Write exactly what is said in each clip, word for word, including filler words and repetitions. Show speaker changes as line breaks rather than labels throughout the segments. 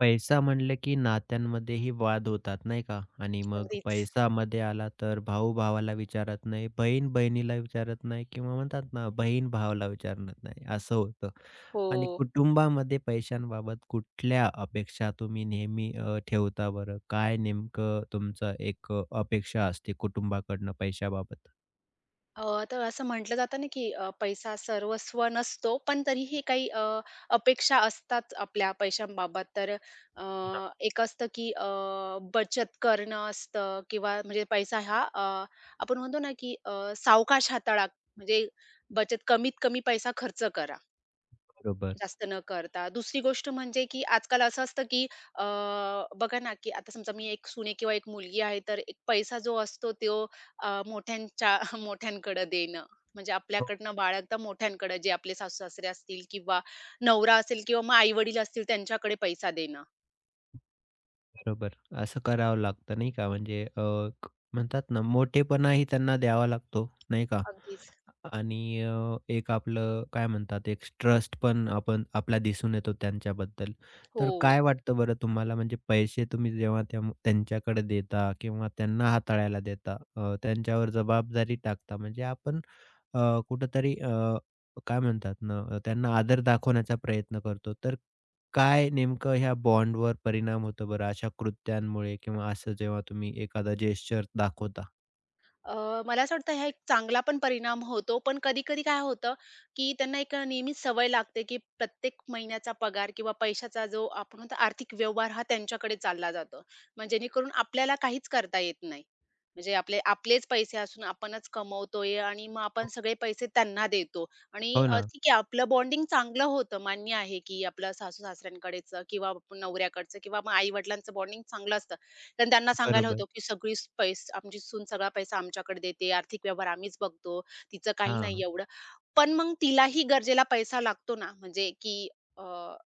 पैसा म्हणलं की नात्यांमध्येही वाद होतात नाही का? आणि मग
अगदीच.
पैसामध्ये आला तर भाऊ भावाला विचारत नाही, बहीण बहिणीला विचारत नाही किंवा म्हणतात ना बहीण भावाला विचारत नाही असं होतं.
हो.
आणि कुटुंबामध्ये पैशांबाबत कुठल्या अपेक्षा तुम्ही नेहमी अ, ठेवता बरं? काय नेमकं तुमचं एक अ, अपेक्षा असते कुटुंबाकडनं पैशाबाबत?
अ, तर असं म्हटलं जातं ना, की अ, पैसा सर्वस्व नसतो, पण तरीही काही अ, अपेक्षा असतात आपल्या पैशांबाबत. तर अ, एक असतं, की अ, बचत करणं असतं किंवा म्हणजे पैसा हा अ, आपण म्हणतो ना, की अ, सावकाश हाताळा. म्हणजे बचत कमीत कमी पैसा खर्च करा.
बरोबर.
जास्त न करता. दुसरी गोष्ट म्हणजे, की आजकाल असं असतं, की अ, बघा ना, की आता समजा मी एक सून आहे किंवा एक मुलगी आहे, तर एक पैसा जो असतो तो अ, मोठ्यांच्या मोठ्यांकडे देणं. म्हणजे
हो,
आपल्याकडनं बाळगता मोठ्यांकडे जे आपले सासू-सासरे असतील किंवा नवरा असेल किंवा मग आई-वडील असतील त्यांच्याकडे पैसा देणं.
बरोबर. असं करावं लागतं नाही का? म्हणजे अ, क म्हणतात ना मोठेपणाही त्यांना द्यावा लागतो नाही का?
अगदीच.
आणि अ, एक आपलं काय म्हणतात एक ट्रस्ट पण आपण आपला दिसून येतो त्यांच्याबद्दल.
हो.
तर काय वाटतं बरं तुम्हाला म्हणजे पैसे तुम्ही जेव्हा त्या त्यांच्याकडे देता किंवा त्यांना हाताळायला देता अ, त्यांच्यावर जबाबदारी टाकता म्हणजे आपण अ, कुठेतरी अ, काय म्हणतात ना अ, त्यांना आदर दाखवण्याचा प्रयत्न करतो. तर काय नेमकं ह्या बॉन्डवर परिणाम होतो बरं अशा कृत्यांमुळे किंवा असं जेव्हा तुम्ही एखादा जेस्चर दाखवता?
अ, मला असं वाटतं हा एक चांगला पण परिणाम होतो. पण कधी-कधी काय होतं, की त्यांना एक अ, नेहमीच सवय लागते, की प्रत्येक महिन्याचा पगार किंवा पैशाचा जो आपण म्हणतो आर्थिक व्यवहार हा त्यांच्याकडे चालला जातो. मग जेणेकरून आपल्याला काहीच करता येत नाही. म्हणजे आपले आपलेच पैसे असून आपणच कमवतोय आणि मग आपण
हो.
सगळे पैसे त्यांना देतो आणि
हो
अ,
ना.
ठीक आहे आपलं बॉन्डिंग चांगलं होतं. मान्य आहे, की आपलं सासू-सासऱ्यांकडेचं किंवा आपण नवऱ्याकडचं किंवा मग आई-वडिलांचं बॉन्डिंग चांगलं असतं. कारण त्यांना सांगायला
बरोबर.
होतं, की सगळी पैसे आमची सून सगळा पैसा आमच्याकडे देते. आर्थिक व्यवहार आम्हीच बघतो. तिचं काही नाही
हां,
एवढं. पण मग तिलाही गरजेला पैसा लागतो ना, म्हणजे की अ,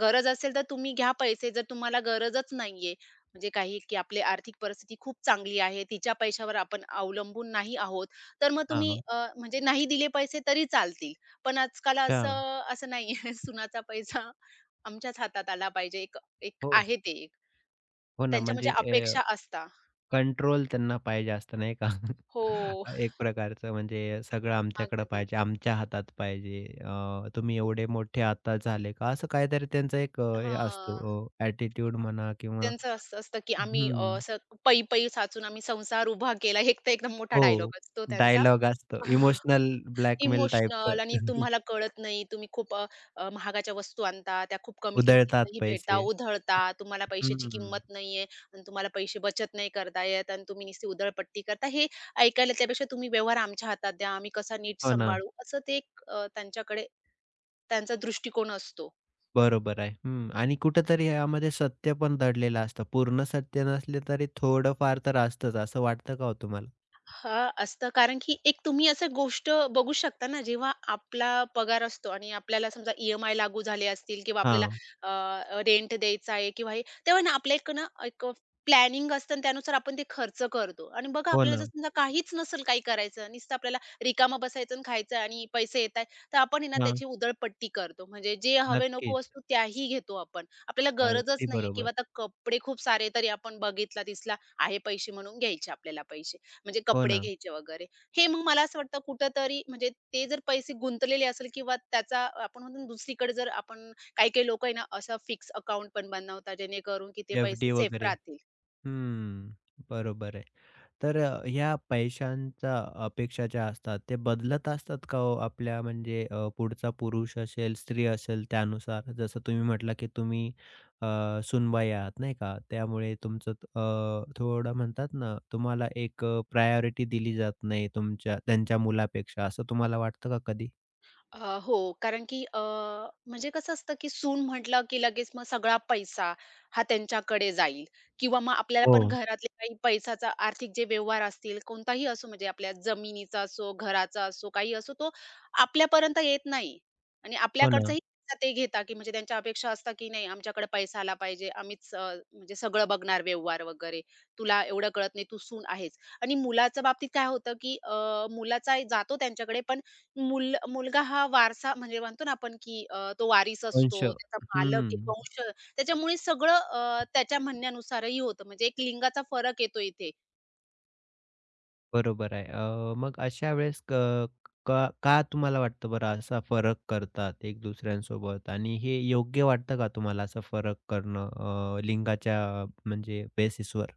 गरज असेल तर तुम्ही घ्या पैसे, जर तुम्हाला गरजच नाहीये म्हणजे काही की आपली आर्थिक परिस्थिती खूप चांगली आहे, तिच्या पैशावर आपण अवलंबून नाही आहोत. तर मग तुम्ही
हां.
अ, म्हणजे नाही दिले पैसे तरी चालतील. पण आजकाल
अच्छा.
असं असं नाहीये. सुनाचा पैसा आमच्याच हातात आला पाहिजे. एक एक
हो,
आहे ते एक.
हो ना.
त्यांच्या म्हणजे
म्हणजे
अपेक्षा असता.
कंट्रोल त्यांना पाहिजे असतं नाही का?
हो,
एक प्रकारचं म्हणजे सगळं आमच्याकडं पाहिजे,
अगदीच.
आमच्या हातात पाहिजे. अ, तुम्ही एवढे मोठे आता झाले का? असं काहीतरी त्यांचा एक अ, हे असतो
हां.
अ, ॲटिट्यूड म्हणा किंवा
त्यांचं असं असतं की आम्ही अ,
हं,
असं पै-पै साचून आम्ही संसार उभा केला. एक तर एकदम मोठा
हो.
डायलॉग असतो त्यांचा.
डायलॉग असतो. Emotional blackmail टाइपचं.
इमोशनल आणि तुम्हाला कळत नाही. तुम्ही खूप अ, अ, महागाच्या वस्तू आणता. त्या खूप कमी
उधळतात
किमतीतही भेटता,
पैसे.
उधळता. तुम्हाला पैशाची
हं,
किंमत नाहीये आणि तुम्हाला पैसे बचत नाही करता येत आणि तुम्ही नुसती उधळपट्टी करता. हे ऐकायला त्यापेक्षा तुम्ही व्यवहार आमच्या हातात द्या. आम्ही कसा नीट
हो ना.
सांभाळू. असं ते एक अ, त्यांच्याकडे त्यांचा दृष्टिकोन असतो.
बरोबर आहे. हं. आणि कुठेतरी यामध्ये सत्य पण दडलेलं असतं. पूर्ण सत्य नसले तरी थोडंफार तर असतंच, असं वाटतं का हो तुम्हाला?
हां, असतं. कारण की एक तुम्ही असं गोष्ट बघू शकता ना, जेव्हा आपला पगार असतो आणि आपल्याला समजा ई लागू झाले असतील किंवा आपल्याला
हां.
अ, रेंट द्यायचा आहे किंवा हे तेव्हा ना आपल्या एक ना एक प्लॅनिंग असतं आणि त्यानुसार आपण ते खर्च करतो. आणि बघा
हो
आपल्याला जर
ना.
समजा काहीच नसेल काही करायचं, नुसतं आपल्याला रिकामं बसायचं आणि खायचं आणि पैसे येत आहेत, तर आपण आहे ना
हां.
त्याची उधळपट्टी करतो. म्हणजे जे हवे-नको
नक्कीच.
वस्तू त्याही घेतो आपण. आपल्याला गरजच
अगदी
नाहीये
बरोबर.
किंवा आता कपडे खूप सारे तरी आपण बघितला, दिसला आहे पैसे म्हणून घ्यायचे आपल्याला पैसे. म्हणजे
हो
कपडे
ना.
घ्यायचे वगैरे. हे मग मला असं वाटतं कुठेतरी म्हणजे ते जर पैसे गुंतलेले असेल किंवा त्याचा आपण म्हणतो ना दुसरीकडे जर आपण काही-काही लोकं आहे ना, असं फिक्स अकाउंट पण बनवतात जेणेकरून की ते पैसे
एफ-डी
सेफ
वगैरे.
राहतील.
हं. बरोबर आहे. तर अ, ह्या पैशांच्या अपेक्षा ज्या असतात, ते बदलत असतात का हो आपल्या म्हणजे अ, पुढचा पुरुष असेल, स्त्री असेल त्यानुसार? जसं तुम्ही म्हटला, की तुम्ही अ, सूनबाई आहात नाही का? त्यामुळे तुमचं त- अ, थोडं म्हणतात ना, तुम्हाला एक अ, प्रायोरिटी दिली जात नाही तुमच्या त्यांच्या मुलापेक्षा असं तुम्हाला वाटतं का कधी?
अ, हो, कारण की अ, म्हणजे कसं असतं, की सून म्हटलं, की लगेच मग सगळा पैसा हा त्यांच्याकडे जाईल किंवा मग आपल्याला पण
हो.
घरातले काही पैशाचा आर्थिक जे व्यवहार असतील, कोणताही असो म्हणजे आपल्या जमिनीचा असो, घराचा असो, काही असो, तो आपल्यापर्यंत येत नाही आणि
हो ना.
आपल्याकडचाही पैसा ते घेता, की म्हणजे त्यांच्या अपेक्षा असतात, की नाही आमच्याकडे पैसा आला पाहिजे, आम्हीच अ, म्हणजे सगळं बघणार व्यवहार वगैरे. तुला एवढं कळत नाही, तू सून आहेस आणि मुलाच्या बाबतीत काय होतं, की अ, मुलाचा जातो त्यांच्याकडे पण मुल मुलगा हा वारसा म्हणजे म्हणतो ना आपण की अ, तो वारीस
वंश
असतो, त्याचा मालक आहे,
हं.
वंश त्याच्यामुळे सगळं अ, त्याच्या म्हणण्यानुसारही होतं. म्हणजे एक लिंगाचा फरक येतो इथे.
बरोबर आहे. अ, मग अशा वेळेस क का का तुम्हाला वाटतं बरं असा फरक करतात एक दुसऱ्यांसोबत आणि हे योग्य वाटतं का तुम्हाला असं फरक करणं अ, लिंगाच्या म्हणजे बेसिसवर?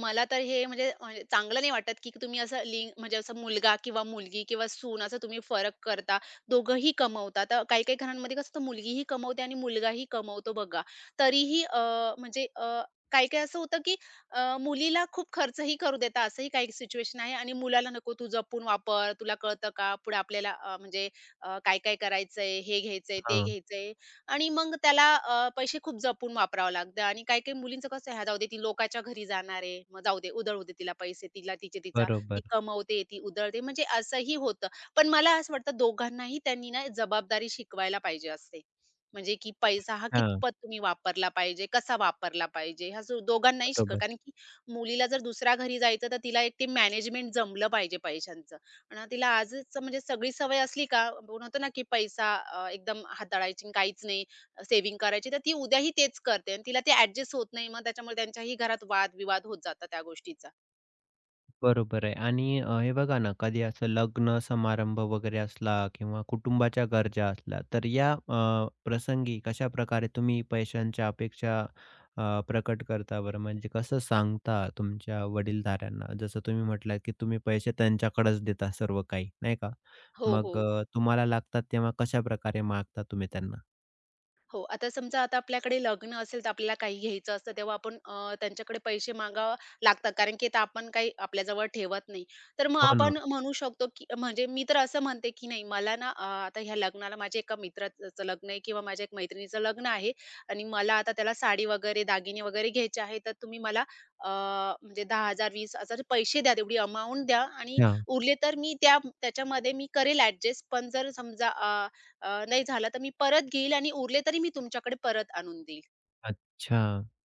मला तर हे म्हणजे म्हणजे चांगलं नाही वाटत, की तुम्ही असं लिंग म्हणजे असं मुलगा किंवा मुलगी किंवा सून असं तुम्ही फरक करता. दोघंही कमवतात. तर काही-काही घरांमध्ये कसं असतं मुलगीही कमवते आणि मुलगाही कमवतो बघा. तरीही अ, म्हणजे अ, काही-काही असं होतं, की अ, मुलीला खूप खर्चही करू देतात असंही काही सिच्युएशन आहे आणि मुलाला नको तू जपून वापर, तुला कळतं का? पुढे आपल्याला अ, म्हणजे अ, काय-काय करायचंय, हे घ्यायचंय, ते
हां,
घ्यायचंय. आणि मग त्याला अ, पैसे खूप जपून वापरावं लागतं आणि काही-काही मुलींचं कसं आहे, "हां, जाऊ दे, ती लोकाच्या घरी जाणार आहे, मग जाऊ दे, उधळू दे तिला पैसे, तिला तिचे तिचा, ती
बरोबर.
कमवते, ती उधळते." म्हणजे असंही होतं. पण मला असं वाटतं दोघांनाही त्यांनी ना जबाबदारी शिकवायला पाहिजे असते. म्हणजे की पैसा हा
हां,
कितपत तुम्ही वापरला पाहिजे, कसा वापरला पाहिजे, ह्या सु दोघांनाही शिकवा.
बरोबर.
कारण की मुलीला जर दुसऱ्या घरी जायचं, तर तिला एक ते मॅनेजमेंट जमलं पाहिजे पैशांचं. आणि तिला आजच म्हणजे सगळी सवय असली का, म्हणतो ना, की पैसा अ, एकदम हाताळायची आणि काहीच नाही, सेव्हिंग करायची, तर ती उद्याही तेच करते आणि तिला ते ॲडजस्ट होत नाही. मग त्याच्यामुळे त्यांच्याही घरात वाद-विवाद होत जातात त्या गोष्टीचा.
बरोबर आहे आणि अ, हे बघा ना, कधी असं लग्न समारंभ वगैरे असला किंवा कुटुंबाच्या गरजा असल्या, तर या अ, प्रसंगी कशाप्रकारे तुम्ही पैशांच्या अपेक्षा अ, प्रकट करता बरं? म्हणजे कसं सांगता तुमच्या वडीलधाऱ्यांना? जसं तुम्ही म्हटलात, की तुम्ही पैसे त्यांच्याकडेच देता सर्व काही, नाही का?
हो, हो.
मग अ, तुम्हाला लागतात तेव्हा कशाप्रकारे मागता तुम्ही त्यांना?
हो, आता समजा आता आपल्याकडे लग्न असेल तर आपल्याला काही घ्यायचं असतं तेव्हा आपण अ, त्यांच्याकडे पैसे मागावं लागतात कारण की आता आपण काही आपल्याजवळ ठेवत नाही. तर मग
हो ना.
आपण म्हणू शकतो की म्हणजे मी तर असं म्हणते की नाही मला ना अ, आता ह्या लग्नाला माझ्या एका मित्राचं लग्न आहे किंवा माझ्या एक मैत्रिणीचं लग्न आहे आणि मला आता त्याला साडी वगैरे, दागिने वगैरे घ्यायचे आहे तर तुम्ही मला अ, म्हणजे दहा हजार वीस हजार पैसे द्या तेवढी अमाउंट द्या आणि
अच्छा.
उरले तर मी त्या त्याच्यामध्ये मी करेल ॲडजस्ट. पण जर समजा अ, अ, नाही झाला तर मी परत घेईल आणि उरले तरी मी तुमच्याकडे परत आणून देईल.
अच्छा.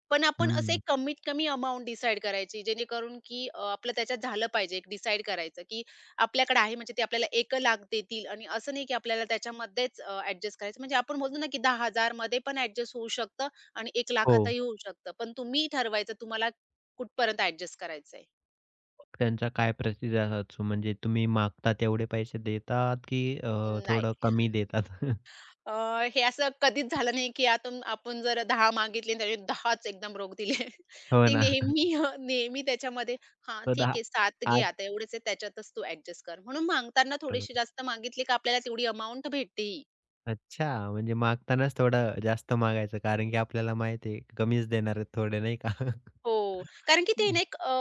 पण आपण असं एक
हं.
कमीत कमी अमाउंट डिसाईड करायची जेणेकरून की अ, आपलं त्याच्यात झालं पाहिजे. एक डिसाईड करायचं की आपल्याकडे आहे म्हणजे ते आपल्याला एक लाख देतील आणि असं नाही की आपल्याला त्याच्यामध्येच अ, करायचं. म्हणजे आपण बोलतो ना की दहा हजार मध्ये पण ॲडजस्ट होऊ शकतं आणि एक
हो.
लाखातही होऊ शकतं. पण तुम्ही ठरवायचं तुम्हाला कुठपर्यंत ॲडजस्ट करायचंय.
त्यांचा काय प्रतिसाद असतो? म्हणजे तुम्ही मागता तेवढे पैसे देतात, की अ, थोडं
नाही.
कमी देतात?
अ, हे असं कधीच झालं नाही, की यातून आपण जर दहा मागितले आणि त्याचे 10च एकदम रोख दिले.
हो
ते
ना.
नेहमी अ, नेहमी त्याच्यामध्ये हां,
तो
ठीक
दहा
आहे सात घे आता एवढेच आहे त्याच्यातच तू ॲडजस्ट कर. म्हणून मागताना थोडीशी जास्त मागितली का आपल्याला तेवढी अमाउंट भेटते ही.
अच्छा, म्हणजे मागतानाच थोडं जास्त मागायचं, कारण की आपल्याला माहिती आहे कमीच देणार आहेत थोडे, नाही का?
हो. कारण की ते
हम्म.
ना एक अ,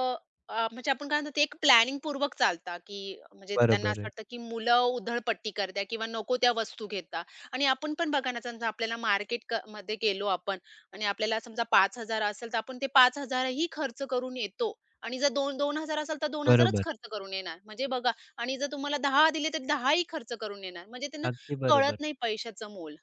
अ, म्हणजे आपण काय म्हणतो ते एक प्लॅनिंगपूर्वक चालतात, की म्हणजे त्यांना
बरोबर
असं
आहे.
वाटतं, की मुलं उधळपट्टी करतात किंवा नको त्या वस्तू घेतात. आणि आपण पण बघा ना, समजा आपल्याला मार्केट क मध्ये गेलो आपण आणि आपल्याला समजा पाच हजार असेल, तर आपण ते पाच हजार ही खर्च करून येतो. आणि जर दोन हजार-दोन हजार असेल, तर 2,000च
बरोबर.
खर्च करून येणार. म्हणजे बघा आणि जर तुम्हाला दहा दिले, तर दहा खर्च करून येणार. म्हणजे त्यांना
अगदी
कळत
बरोबर.
नाही पैशाचं मोल.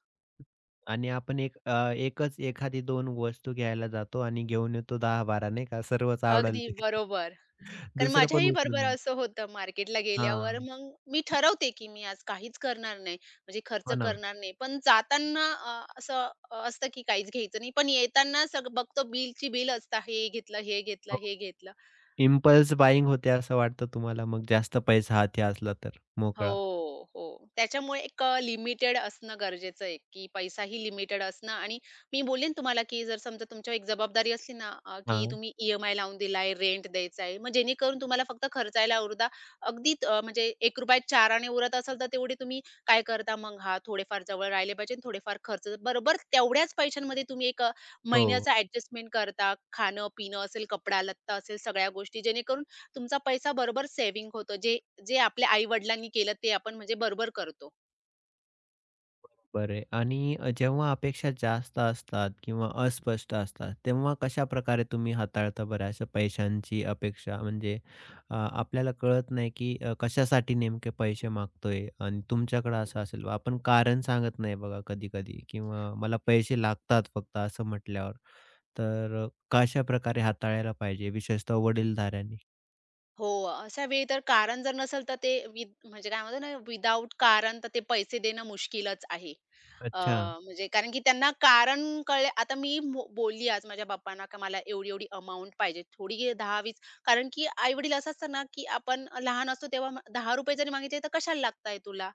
आणि आपण एक अ, एकच एखादी दोन वस्तू घ्यायला जातो आणि घेऊन येतो दहा बारा नाही का? सर्वच आवडेल
अगदी
ते.
बरोबर. कारण
दुसरं पण
माझ्याही
उचलून
बरोबर
आणतो.
असं होतं मार्केटला गेल्यावर
हां.
मग मी ठरवते, की मी आज काहीच करणार नाही. म्हणजे खर्च
हो ना.
करणार नाही. पण जाताना अ, असं अ, असतं की काहीच घ्यायचं नाही. पण येताना सगळं बघतो बिलची बिल असतं. हे घेतलं, हे घेतलं, हे घेतलं.
इम्पल्स बायिंग होते असं वाटतं तुम्हाला मग जास्त पैसा हाती असला तर
हो,
मोकळा.
हो. त्याच्यामुळे एक अ, लिमिटेड असणं गरजेचं आहे, की पैसाही लिमिटेड असणं आणि मी बोलेन तुम्हाला, की जर समजा तुमच्यावर एक जबाबदारी असली ना, अ, की
हां,
तुम्ही ई-एम-आय लावून दिलाय, रेंट द्यायचा आहे, मग जेणेकरून तुम्हाला फक्त खर्चायला उरता. अगदी अ, म्हणजे ₹एक रुपया चार आणे उरत असेल, तर तेवढे तुम्ही काय करता मग? हां, थोडेफार जवळ राहिले पाहिजे आणि थोडेफार खर्च बरोबर तेवढ्याच पैशांमध्ये तुम्ही एक अ,
हो.
महिन्याचा ॲडजस्टमेंट करता. खाणं-पिणं असेल, कपडा-लत्ता असेल, सगळ्या गोष्टी जेणेकरून तुमचा पैसा बरोबर सेव्हिंग होतो. जे जे आपल्या आई-वडिलांनी केलं ते आपण म्हणजे बरोबर करतो.
बरोबर आहे आणि अ, जेव्हा अपेक्षा जास्त असतात किंवा अस्पष्ट असतात, तेव्हा कशाप्रकारे तुम्ही हाताळता बरं अशा पैशांची अपेक्षा? म्हणजे अ, आपल्याला कळत नाही की अ, कशासाठी नेमके पैसे मागतोय आणि तुमच्याकडे असं असेल, आपण कारण सांगत नाही बघा कधी-कधी किंवा मला पैसे लागतात फक्त असं म्हटल्यावर. तर अ, कशाप्रकारे हाताळायला पाहिजे विशेषतः वडीलधाऱ्यांनी?
हो, अशा वेळी तर कारण जर नसेल तर ते विद म्हणजे काय म्हणतो ना विदाऊट कारण तर ते पैसे देणं मुश्किलच आहे. अ,
अच्छा.
म्हणजे कारण की त्यांना कारण कळले आता मी मो बोलली आज माझ्या बाबांना का मला एवढी-एवढी अमाउंट पाहिजे. थोडी दहा वीस कारण की आई-वडील असं असतं ना, की आपण लहान असतो तेव्हा ₹दहा रुपये जरी मागितले तर कशाला लागताय तुला?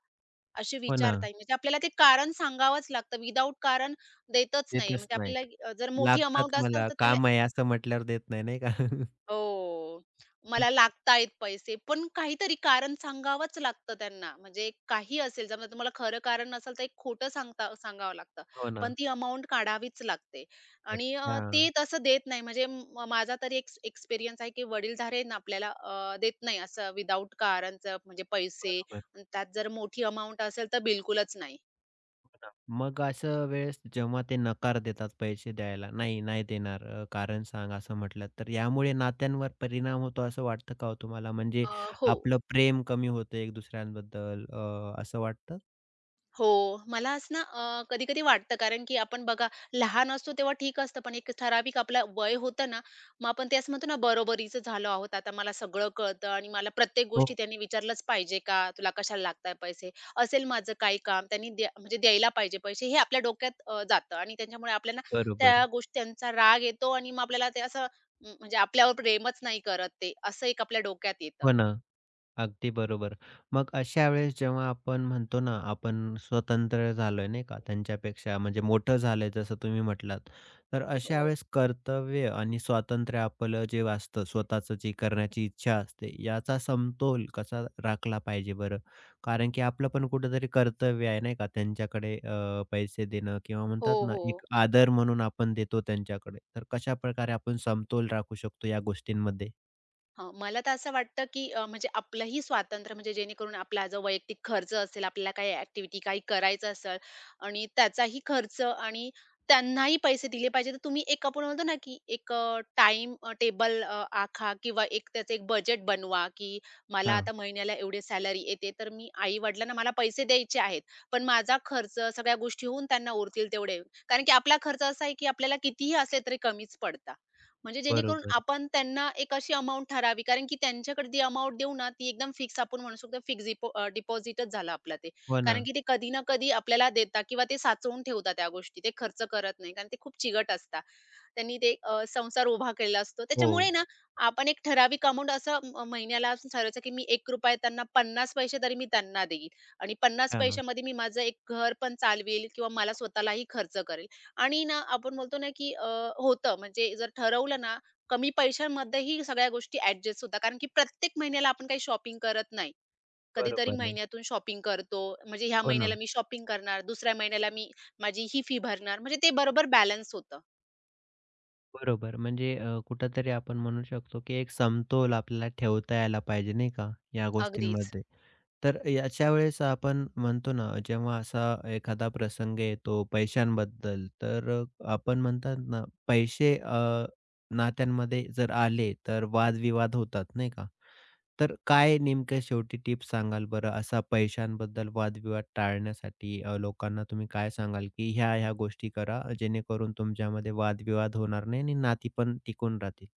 असे
हो ना.
विचारताय. म्हणजे आपल्याला ते कारण सांगावंच लागतं. विदाऊट कारण देतच नाही.
देतच
म्हणजे
नाहीत.
आपल्याला अ, जर मोठी
लागतात
अमाउंट असेल
मला,
तर त्याला
काम आहे असं म्हटल्यावर देत नाही, नाही का?
हो. मला लागतायेत पैसे, पण काहीतरी कारण सांगावंच लागतं त्यांना. म्हणजे काही असेल, समजा तुम्हाला खरं कारण नसेल, तर एक खोटं सांगता सांगावं लागतं.
हो
पण
ना.
ती अमाउंट काढावीच लागते आणि
अच्छा.
अ, ते तसं देत नाही. म्हणजे म माझा तरी एक्स एक्सपिरियन्स आहे, की वडीलधारे ना आपल्याला अ, देत नाही असं विदाऊट कारणचं म्हणजे पैसे
बरोबर.
आणि त्यात जर मोठी अमाउंट असेल, तर बिलकुलच नाही.
हो ना. मग असं वेळेस जेव्हा ते नकार देतात पैसे द्यायला, "नाही, नाही देणार, अ, कारण सांग," असं म्हटलं, तर यामुळे नात्यांवर परिणाम होतो असं वाटतं का हो तुम्हाला? म्हणजे
अ, हो.
आपलं प्रेम कमी होतं एक दुसऱ्यांबद्दल अ, असं वाटतं?
हो. मला आज ना अ, कधी-कधी वाटतं कारण की आपण बघा लहान असतो तेव्हा ठीक असतं, पण एक ठराविक आपलं वय होतं ना, मग आपण ते असं म्हणतो ना बरोबरीचं झालो आहोत. आता मला सगळं कळतं आणि मला प्रत्येक
हो,
गोष्टी त्यांनी विचारलंच पाहिजे का? तुला कशाला लागताय पैसे? असेल माझं काही काम त्यांनी द्या म्हणजे द्यायला पाहिजे पैसे हे आपल्या डोक्यात अ, जातं आणि त्याच्यामुळे आपल्याला
बरोबर.
त्या गोष्टी त्यांचा राग येतो आणि मग आपल्याला ते असं म्हण- म्हणजे आपल्यावर प्रेमच नाही करत ते, असं एक आपल्या डोक्यात येतं.
हो ना. अगदी बरोबर. मग अशा वेळेस जेव्हा आपण म्हणतो ना, आपण स्वतंत्र झालोय नाही का, त्यांच्यापेक्षा म्हणजे मोठं झालंय जसं तुम्ही म्हटलात. तर अशा
हो.
वेळेस कर्तव्य आणि स्वातंत्र्य आपलं जे असतं, स्वतःचं जी करण्याची इच्छा असते, याचा समतोल कसा राखला पाहिजे बरं? कारण की आपलं पण कुठेतरी कर्तव्य आहे नाही का, त्यांच्याकडे अ, पैसे देणं किंवा म्हणतात
हो,
ना,
हो.
एक आदर म्हणून आपण देतो त्यांच्याकडे. तर कशाप्रकारे आपण समतोल राखू शकतो या गोष्टींमध्ये?
हां, मला तर असं वाटतं, की अ, म्हणजे आपलंही स्वातंत्र्य म्हणजे जेणेकरून आपला जो वैयक्तिक खर्च असेल, आपल्याला काही ॲक्टिव्हिटी काही करायचं असेल आणि त्याचाही खर्च आणि त्यांनाही पैसे दिले पाहिजे. तर तुम्ही एक आपण म्हणतो ना, की एक टाइम टेबल अ, आखा किंवा एक त्याचं एक बजेट बनवा, की मला
हां.
आता महिन्याला एवढी सॅलरी येते, तर मी आई-वडिलांना मला पैसे द्यायचे आहेत. पण माझा खर्च सगळ्या गोष्टी होऊन त्यांना उरतील तेवढे. कारण की आपला खर्च असा आहे, की आपल्याला कितीही असले तरी कमीच पडतात. म्हणजे जेणेकरून
बरोबर.
आपण त्यांना एक अशी अमाउंट ठरावी कारण की त्यांच्याकडे जी अमाउंट देऊ ना, ती एकदम फिक्स आपण म्हणू शकतो फिक्स डिपॉझिटच झाला आपला ते.
हो ना.
कारण की ते कधी ना कधी आपल्याला देतात किंवा ते साचवून ठेवतात त्या गोष्टी. ते खर्च करत नाही कारण ते खूप चिगट असतात. त्यांनी ते अ, संसार उभा केलेला असतो.
हो.
त्याच्यामुळे ना, आपण एक ठराविक अमाउंट असं म महिन्याला असं ठरवायचं, की मी ₹एक रुपया त्यांना पन्नास पैसे तरी मी त्यांना देईल आणि पन्नास
हां,
पैशामध्ये मी माझं एक घर पण चालवेल किंवा मला स्वतःलाही खर्च करेल. आणि ना, आपण बोलतो ना, की अ, होतं म्हणजे जर ठरवलं ना, कमी पैशांमध्येही सगळ्या गोष्टी ॲडजस्ट होतात. कारण की प्रत्येक महिन्याला आपण काही शॉपिंग करत नाही. कधीतरी
बरोबर आहे.
महिन्यातून शॉपिंग करतो. म्हणजे ह्या
हो ना,
महिन्याला मी शॉपिंग करणार, दुसऱ्या महिन्याला मी माझी ही फी भरणार. म्हणजे ते बरोबर बॅलन्स होतं.
बरोबर. म्हणजे अ, कुठेतरी आपण म्हणू शकतो, की एक समतोल आपल्याला ठेवता यायला पाहिजे नाही का, या
अगदीच.
गोष्टींमध्ये. तर याच्या वेळेस आपण म्हणतो ना, जेव्हा असा एखादा प्रसंग येतो पैशांबद्दल, तर अ, आपण म्हणतात ना, पैसे अ, नात्यांमध्ये जर आले, तर वादविवाद होतात नाही का. तर काय नेमक्या शेवटी टिप्स सांगाल बरं? असा पैशांबद्दल वादविवाद टाळण्यासाठी अ, लोकांना तुम्ही काय सांगाल, की ह्या-ह्या गोष्टी करा जेणेकरून तुमच्यामध्ये वादविवाद होणार नाही आणि नाती पण टिकून राहतील?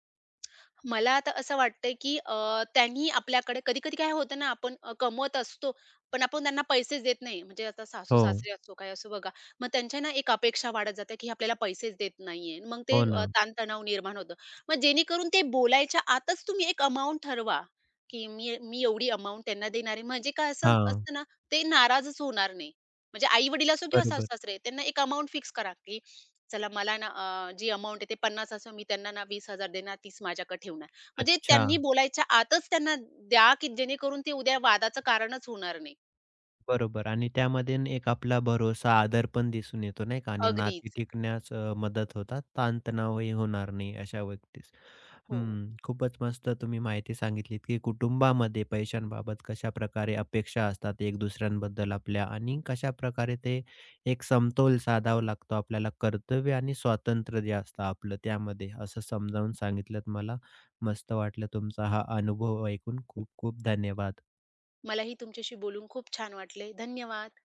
मला आता असं वाटतंय, की अ, त्यांनी आपल्याकडे कधी-कधी काय होतं ना, आपण अ, कमवत असतो, पण आपण त्यांना पैसेच देत नाही. म्हणजे आता
हो,
सासू-सासरे असो, काय असो बघा. मग त्यांच्या ना एक अपेक्षा वाढत जाते, की आपल्याला पैसेच देत नाहीये. मग ते
हो
अ,
ना.
ताणतणाव निर्माण होतं. मग जेणेकरून ते बोलायच्या आतच तुम्ही एक अमाउंट ठरवा, की मी मी एवढी अमाउंट त्यांना देणार आहे. म्हणजे काय असं
हां,
असतं ना, ते नाराजच होणार नाही. म्हणजे आई-वडील असो किंवा
बरोबर.
सासू-सासरे, त्यांना एक अमाउंट फिक्स करा, की चला मला ना अ, जी अमाउंट आहे ते पन्नास असो, मी त्यांना ना वीस हजार देणार, तीस माझ्याकडे ठेवणार. म्हणजे
अच्छा,
त्यांनी बोलायच्या आतच त्यांना द्या, की जेणेकरून ते उद्या वादाचं कारणच होणार नाही.
बरोबर आणि त्यामध्ये न एक आपला भरोसा, आदर पण दिसून येतो नाही का? आणि नाती
अगदीच.
टिकण्यास अ, मदत होतात. ताणतणावही होणार नाही अशा व्यक्तीस.
हो.
हं, खूपच मस्त तुम्ही माहिती सांगितलीत, की कुटुंबामध्ये पैशांबाबत कशाप्रकारे अपेक्षा असतात एक दुसऱ्यांबद्दल आपल्या आणि कशाप्रकारे ते एक समतोल साधावा लागतो आपल्याला. कर्तव्य आणि स्वातंत्र्य जे असतं आपलं त्यामध्ये, असं समजावून सांगितलत मला. मस्त वाटलं तुमचा हा अनुभव ऐकून. खूप खूप धन्यवाद.
मलाही तुमच्याशी बोलून खूप छान वाटले. धन्यवाद.